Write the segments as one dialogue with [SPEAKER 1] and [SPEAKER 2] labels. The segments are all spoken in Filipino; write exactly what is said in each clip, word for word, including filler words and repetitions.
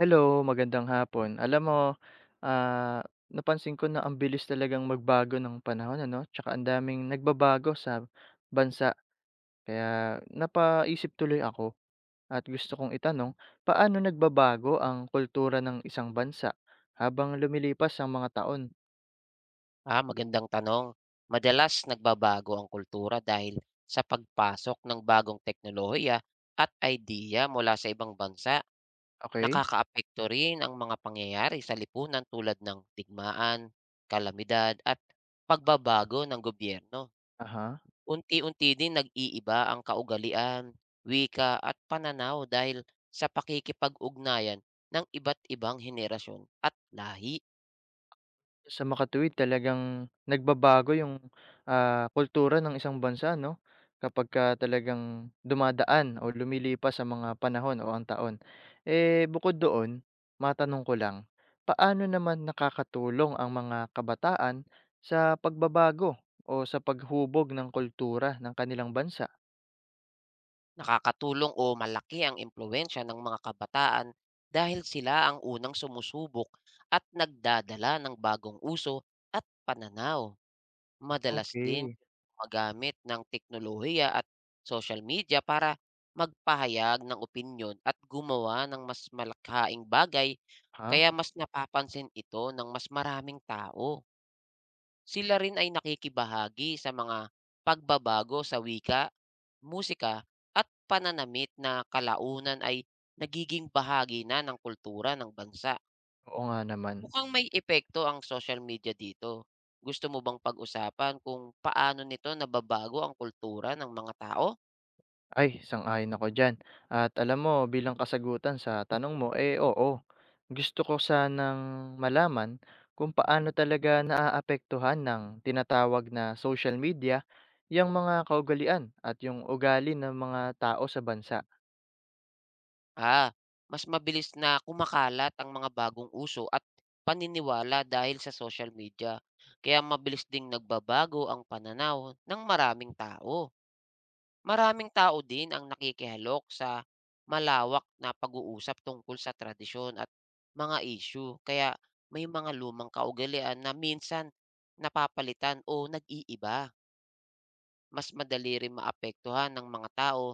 [SPEAKER 1] Hello, magandang hapon. Alam mo, ah, napansin ko na ang bilis talagang magbago ng panahon ano, tsaka ang daming nagbabago sa bansa. Kaya napaisip tuloy ako at gusto kong itanong, paano nagbabago ang kultura ng isang bansa habang lumilipas ang mga taon?
[SPEAKER 2] Ah, magandang tanong. Madalas nagbabago ang kultura dahil sa pagpasok ng bagong teknolohiya at idea mula sa ibang bansa.
[SPEAKER 1] Okay?
[SPEAKER 2] Nakakaapekto rin ang mga pangyayari sa lipunan tulad ng digmaan, kalamidad at pagbabago ng gobyerno.
[SPEAKER 1] Aha.
[SPEAKER 2] Unti-unti din nag-iiba ang kaugalian, wika at pananaw dahil sa pakikipag-ugnayan ng iba't ibang henerasyon at lahi.
[SPEAKER 1] Sa makatuwid talagang nagbabago yung, ah, kultura ng isang bansa 'no, kapagka talagang dumadaan o lumilipas sa mga panahon o ang taon. Eh, bukod doon, matanong ko lang, paano naman nakakatulong ang mga kabataan sa pagbabago o sa paghubog ng kultura ng kanilang bansa?
[SPEAKER 2] Nakakatulong o malaki ang impluwensya ng mga kabataan dahil sila ang unang sumusubok at nagdadala ng bagong uso at pananaw. Madalas din
[SPEAKER 1] Okay?
[SPEAKER 2] magamit ng teknolohiya at social media para magpahayag ng opinyon at gumawa ng mas malakhaing bagay,
[SPEAKER 1] Ha?
[SPEAKER 2] kaya mas napapansin ito ng mas maraming tao. Sila rin ay nakikibahagi sa mga pagbabago sa wika, musika at pananamit na kalaunan ay nagiging bahagi na ng kultura ng bansa.
[SPEAKER 1] Oo nga naman.
[SPEAKER 2] Mukhang may epekto ang social media dito. Gusto mo bang pag-usapan kung paano nito nababago ang kultura ng mga tao?
[SPEAKER 1] Ay, sang-ayon ako diyan. At alam mo bilang kasagutan sa tanong mo, eh, oo. Gusto ko sanang malaman kung paano talaga naaapektuhan ng tinatawag na social media yung mga kaugalian at yung ugali ng mga tao sa bansa.
[SPEAKER 2] Ah, Mas mabilis na kumakalat ang mga bagong uso at paniniwala dahil sa social media. Kaya mabilis ding nagbabago ang pananaw ng maraming tao. Maraming tao din ang nakikihalok sa malawak na pag-uusap tungkol sa tradisyon at mga issue, kaya may mga lumang kaugalian na minsan napapalitan o nag-iiba. Mas madali rin maapektuhan ng mga tao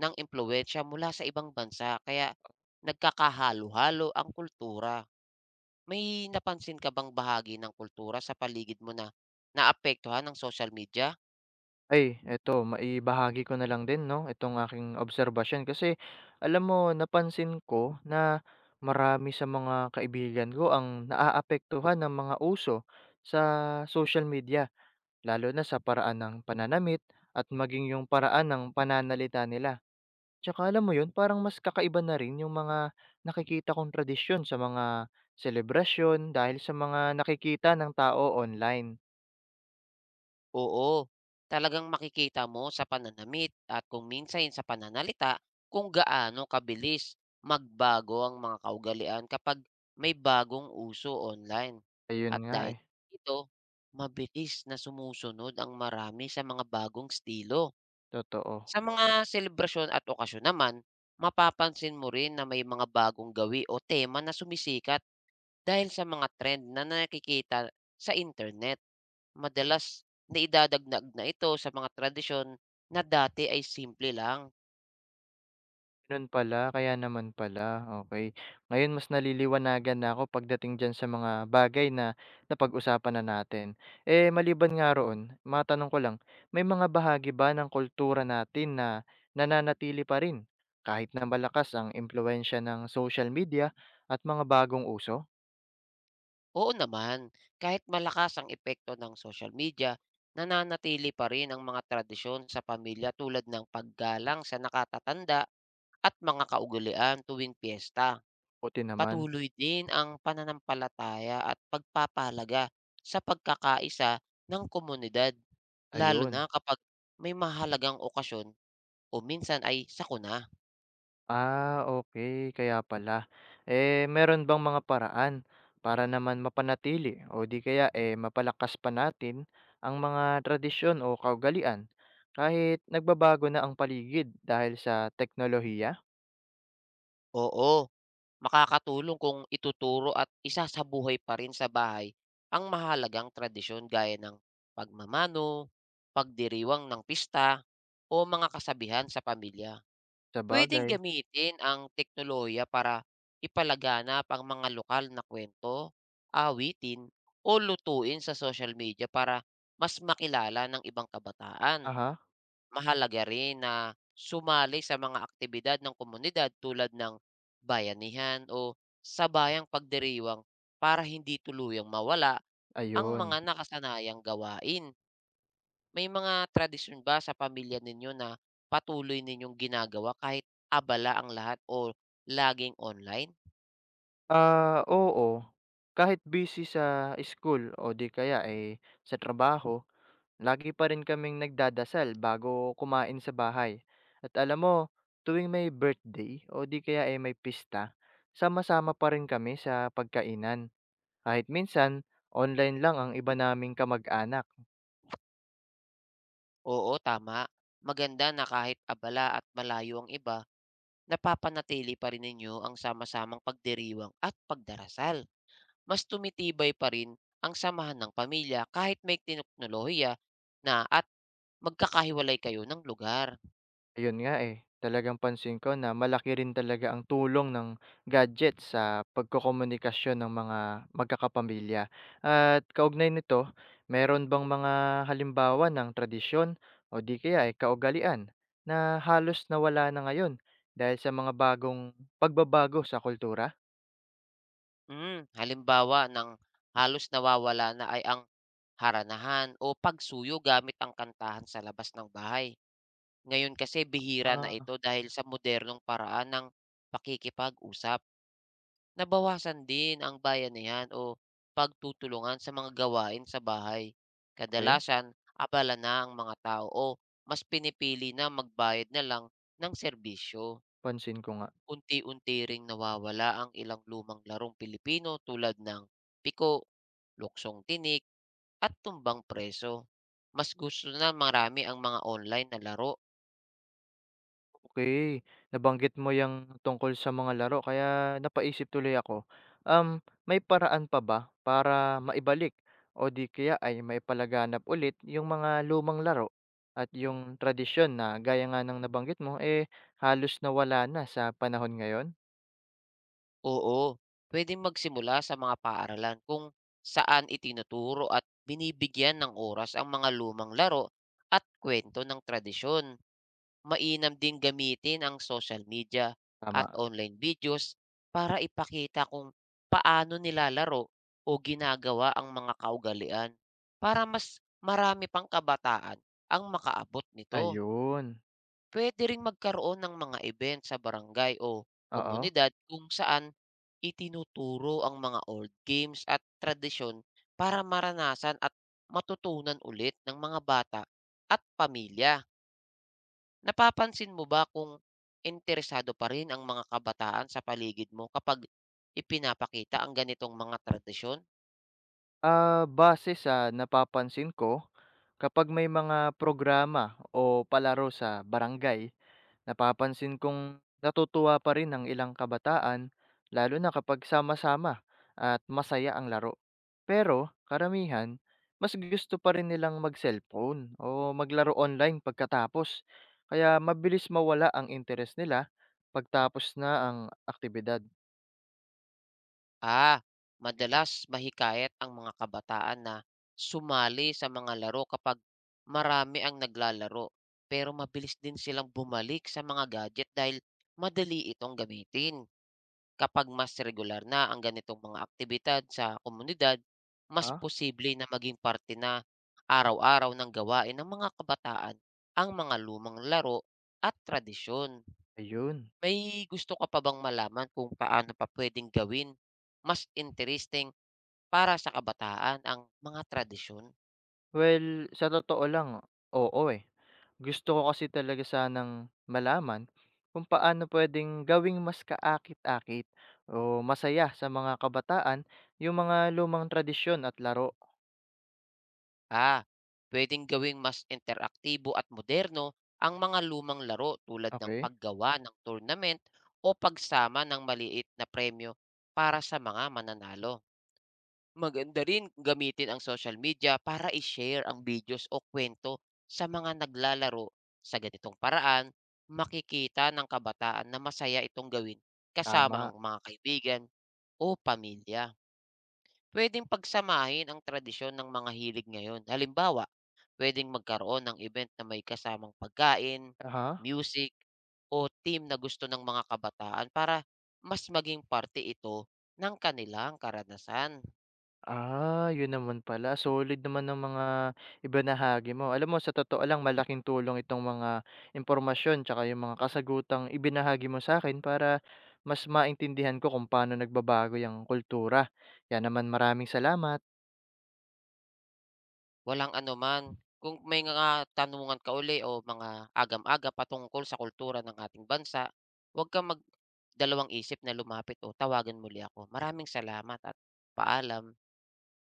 [SPEAKER 2] ng impluwensya mula sa ibang bansa, kaya nagkakahalo-halo ang kultura. May napansin ka bang bahagi ng kultura sa paligid mo na naapektuhan ng social media?
[SPEAKER 1] Ay, eto maibahagi ko na lang din 'no, itong aking obserbasyon kasi alam mo napansin ko na marami sa mga kaibigan ko ang naaapektuhan ng mga uso sa social media. Lalo na sa paraan ng pananamit at maging yung paraan ng pananalita nila. Tsaka alam mo yun, parang mas kakaiba na rin yung mga nakikita kong tradisyon sa mga selebrasyon dahil sa mga nakikita ng tao online.
[SPEAKER 2] Oo, talagang makikita mo sa pananamit at kung minsan sa pananalita kung gaano kabilis magbago ang mga kaugalian kapag may bagong uso online.
[SPEAKER 1] Ayun
[SPEAKER 2] At
[SPEAKER 1] nga
[SPEAKER 2] dahil
[SPEAKER 1] eh,
[SPEAKER 2] dito, mabilis na sumusunod ang marami sa mga bagong estilo.
[SPEAKER 1] totoo.
[SPEAKER 2] Sa mga selebrasyon at okasyon naman, mapapansin mo rin na may mga bagong gawi o tema na sumisikat dahil sa mga trend na nakikita sa internet. Madalas naidadagnag na ito sa mga tradisyon na dati ay simple lang.
[SPEAKER 1] Gano'n pala, kaya naman pala, okay. Ngayon mas naliliwanagan na ako pagdating diyan sa mga bagay na napag-usapan na natin. Eh, maliban nga roon, matanong ko lang, may mga bahagi ba ng kultura natin na nananatili pa rin kahit na malakas ang impluwensya ng social media at mga bagong uso?
[SPEAKER 2] Oo naman, kahit malakas ang epekto ng social media, nananatili pa rin ang mga tradisyon sa pamilya tulad ng paggalang sa nakatatanda at mga kaugalian tuwing piyesta.
[SPEAKER 1] Buti naman,
[SPEAKER 2] Patuloy din ang pananampalataya at pagpapahalaga sa pagkakaisa ng komunidad, lalo na
[SPEAKER 1] ayun.
[SPEAKER 2] kapag may mahalagang okasyon o minsan ay sakuna.
[SPEAKER 1] Ah, okay, kaya pala. Eh, meron bang mga paraan para naman mapanatili o di kaya, eh, mapalakas pa natin ang mga tradisyon o kaugalian kahit nagbabago na ang paligid dahil sa teknolohiya?
[SPEAKER 2] Oo, makakatulong kung ituturo at isasabuhay pa rin sa bahay ang mahalagang tradisyon gaya ng pagmamano, pagdiriwang ng pista, o mga kasabihan sa pamilya.
[SPEAKER 1] Sa
[SPEAKER 2] Puwedeng
[SPEAKER 1] bagay.
[SPEAKER 2] gamitin ang teknolohiya para ipalaganap ang mga lokal na kwento, awitin, o lutuin sa social media para mas makilala ng ibang kabataan.
[SPEAKER 1] Aha.
[SPEAKER 2] Mahalaga rin na sumali sa mga aktibidad ng komunidad tulad ng bayanihan o sabayang pagdiriwang para hindi tuluyang mawala ang mga
[SPEAKER 1] Ayun.
[SPEAKER 2] nakasanayang gawain. May mga tradisyon ba sa pamilya ninyo na patuloy ninyong ginagawa kahit abala ang lahat o laging online?
[SPEAKER 1] Ah, oo, kahit busy sa school o di kaya, eh, sa trabaho. Lagi pa rin kaming nagdadasal bago kumain sa bahay. At alam mo, tuwing may birthday o di kaya ay may pista, sama-sama pa rin kami sa pagkainan. Kahit minsan, online lang ang iba naming kamag-anak.
[SPEAKER 2] Oo, tama. Maganda na kahit abala at malayo ang iba, napapanatili pa rin ninyo ang sama-samang pagdiriwang at pagdarasal. Mas tumitibay pa rin ang samahan ng pamilya kahit may teknolohiya na at magkakahiwalay kayo ng lugar.
[SPEAKER 1] Ayun nga, eh, talagang pansin ko na malaki rin talaga ang tulong ng gadget sa pagkokomunikasyon ng mga magkakapamilya. At kaugnay nito, meron bang mga halimbawa ng tradisyon o di kaya ay kaugalian na halos nawala na ngayon dahil sa mga bagong pagbabago sa kultura?
[SPEAKER 2] Hmm, halimbawa ng halos nawawala na ay ang haranahan o pagsuyo gamit ang kantahan sa labas ng bahay. Ngayon kasi bihira na
[SPEAKER 1] Ah,
[SPEAKER 2] ito dahil sa modernong paraan ng pakikipag-usap. Nabawasan din ang bayanihan o pagtutulungan sa mga gawain sa bahay.
[SPEAKER 1] okay.
[SPEAKER 2] Kadalasan, abala na ang mga tao o mas pinipili na magbayad na lang ng serbisyo.
[SPEAKER 1] Pansin ko nga.
[SPEAKER 2] Unti-unti ring nawawala ang ilang lumang larong Pilipino tulad ng piko, luksong tinik, at tumbang preso. Mas gusto na marami ang mga online na laro.
[SPEAKER 1] Okay, nabanggit mo yung tungkol sa mga laro kaya napaisip tuloy ako. Um, may paraan pa ba para maibalik o di kaya ay maipalaganap ulit yung mga lumang laro at yung tradisyon na gaya nga ng nabanggit mo, eh, halos nawala na sa panahon ngayon?
[SPEAKER 2] Oo, puwedeng magsimula sa mga paaralan kung saan itinuturo at binibigyan ng oras ang mga lumang laro at kwento ng tradisyon. Mainam din gamitin ang social media at
[SPEAKER 1] Tama,
[SPEAKER 2] online videos para ipakita kung paano nilalaro o ginagawa ang mga kaugalian para mas marami pang kabataan ang makaabot nito.
[SPEAKER 1] ayun,
[SPEAKER 2] Puwede ring magkaroon ng mga event sa barangay o
[SPEAKER 1] oo.
[SPEAKER 2] komunidad kung saan itinuturo ang mga old games at tradisyon para maranasan at matutunan ulit ng mga bata at pamilya. Napapansin mo ba kung interesado pa rin ang mga kabataan sa paligid mo kapag ipinapakita ang ganitong mga tradisyon?
[SPEAKER 1] Ah, base sa napapansin ko, kapag may mga programa o palaro sa barangay. Napapansin kong natutuwa pa rin ang ilang kabataan, lalo na kapag sama-sama at masaya ang laro. Pero karamihan, mas gusto pa rin nilang mag-cellphone o maglaro online pagkatapos. Kaya mabilis mawala ang interes nila pagtapos na ang aktibidad.
[SPEAKER 2] Ah, Madalas mahikayat ang mga kabataan na sumali sa mga laro kapag marami ang naglalaro. Pero mabilis din silang bumalik sa mga gadget dahil madali itong gamitin. Kapag mas regular na ang ganitong mga aktibidad sa komunidad, mas
[SPEAKER 1] Ah,
[SPEAKER 2] posible na maging parte na araw-araw ng gawain ng mga kabataan ang mga lumang laro at tradisyon.
[SPEAKER 1] ayun.
[SPEAKER 2] May gusto ka pa bang malaman kung paano pa puwedeng gawin mas interesting para sa kabataan ang mga tradisyon?
[SPEAKER 1] Well, sa totoo lang, oo eh. Gusto ko kasi talaga sanang malaman kung paano pwedeng gawing mas kaakit-akit o masaya sa mga kabataan yung mga lumang tradisyon at laro.
[SPEAKER 2] Ah, Puwedeng gawing mas interaktibo at moderno ang mga lumang laro tulad ng
[SPEAKER 1] Okay.
[SPEAKER 2] paggawa ng tournament o pagsama ng maliit na premyo para sa mga mananalo. Maganda rin gamitin ang social media para i-share ang videos o kwento sa mga naglalaro. Sa ganitong paraan, makikita ng kabataan na masaya itong gawin kasama
[SPEAKER 1] Tama.
[SPEAKER 2] ang mga kaibigan o pamilya. Pwedeng pagsamahin ang tradisyon ng mga hilig ngayon. Halimbawa, pwedeng magkaroon ng event na may kasamang pagkain,
[SPEAKER 1] Aha.
[SPEAKER 2] music, o team na gusto ng mga kabataan para mas maging parte ito ng kanilang karanasan.
[SPEAKER 1] Ah, yun naman pala. Solid naman ang mga ibinahagi mo. Alam mo sa totoo lang malaking tulong itong mga impormasyon tsaka yung mga kasagutang ibinahagi mo sa akin para mas maintindihan ko kung paano nagbabago yung kultura. Yan naman, maraming salamat.
[SPEAKER 2] Walang anuman. Kung may mga tanungan ka uli o mga agam-aga patungkol sa kultura ng ating bansa, huwag kang magdalawang isip na lumapit o tawagan muli ako. Maraming salamat at paalam.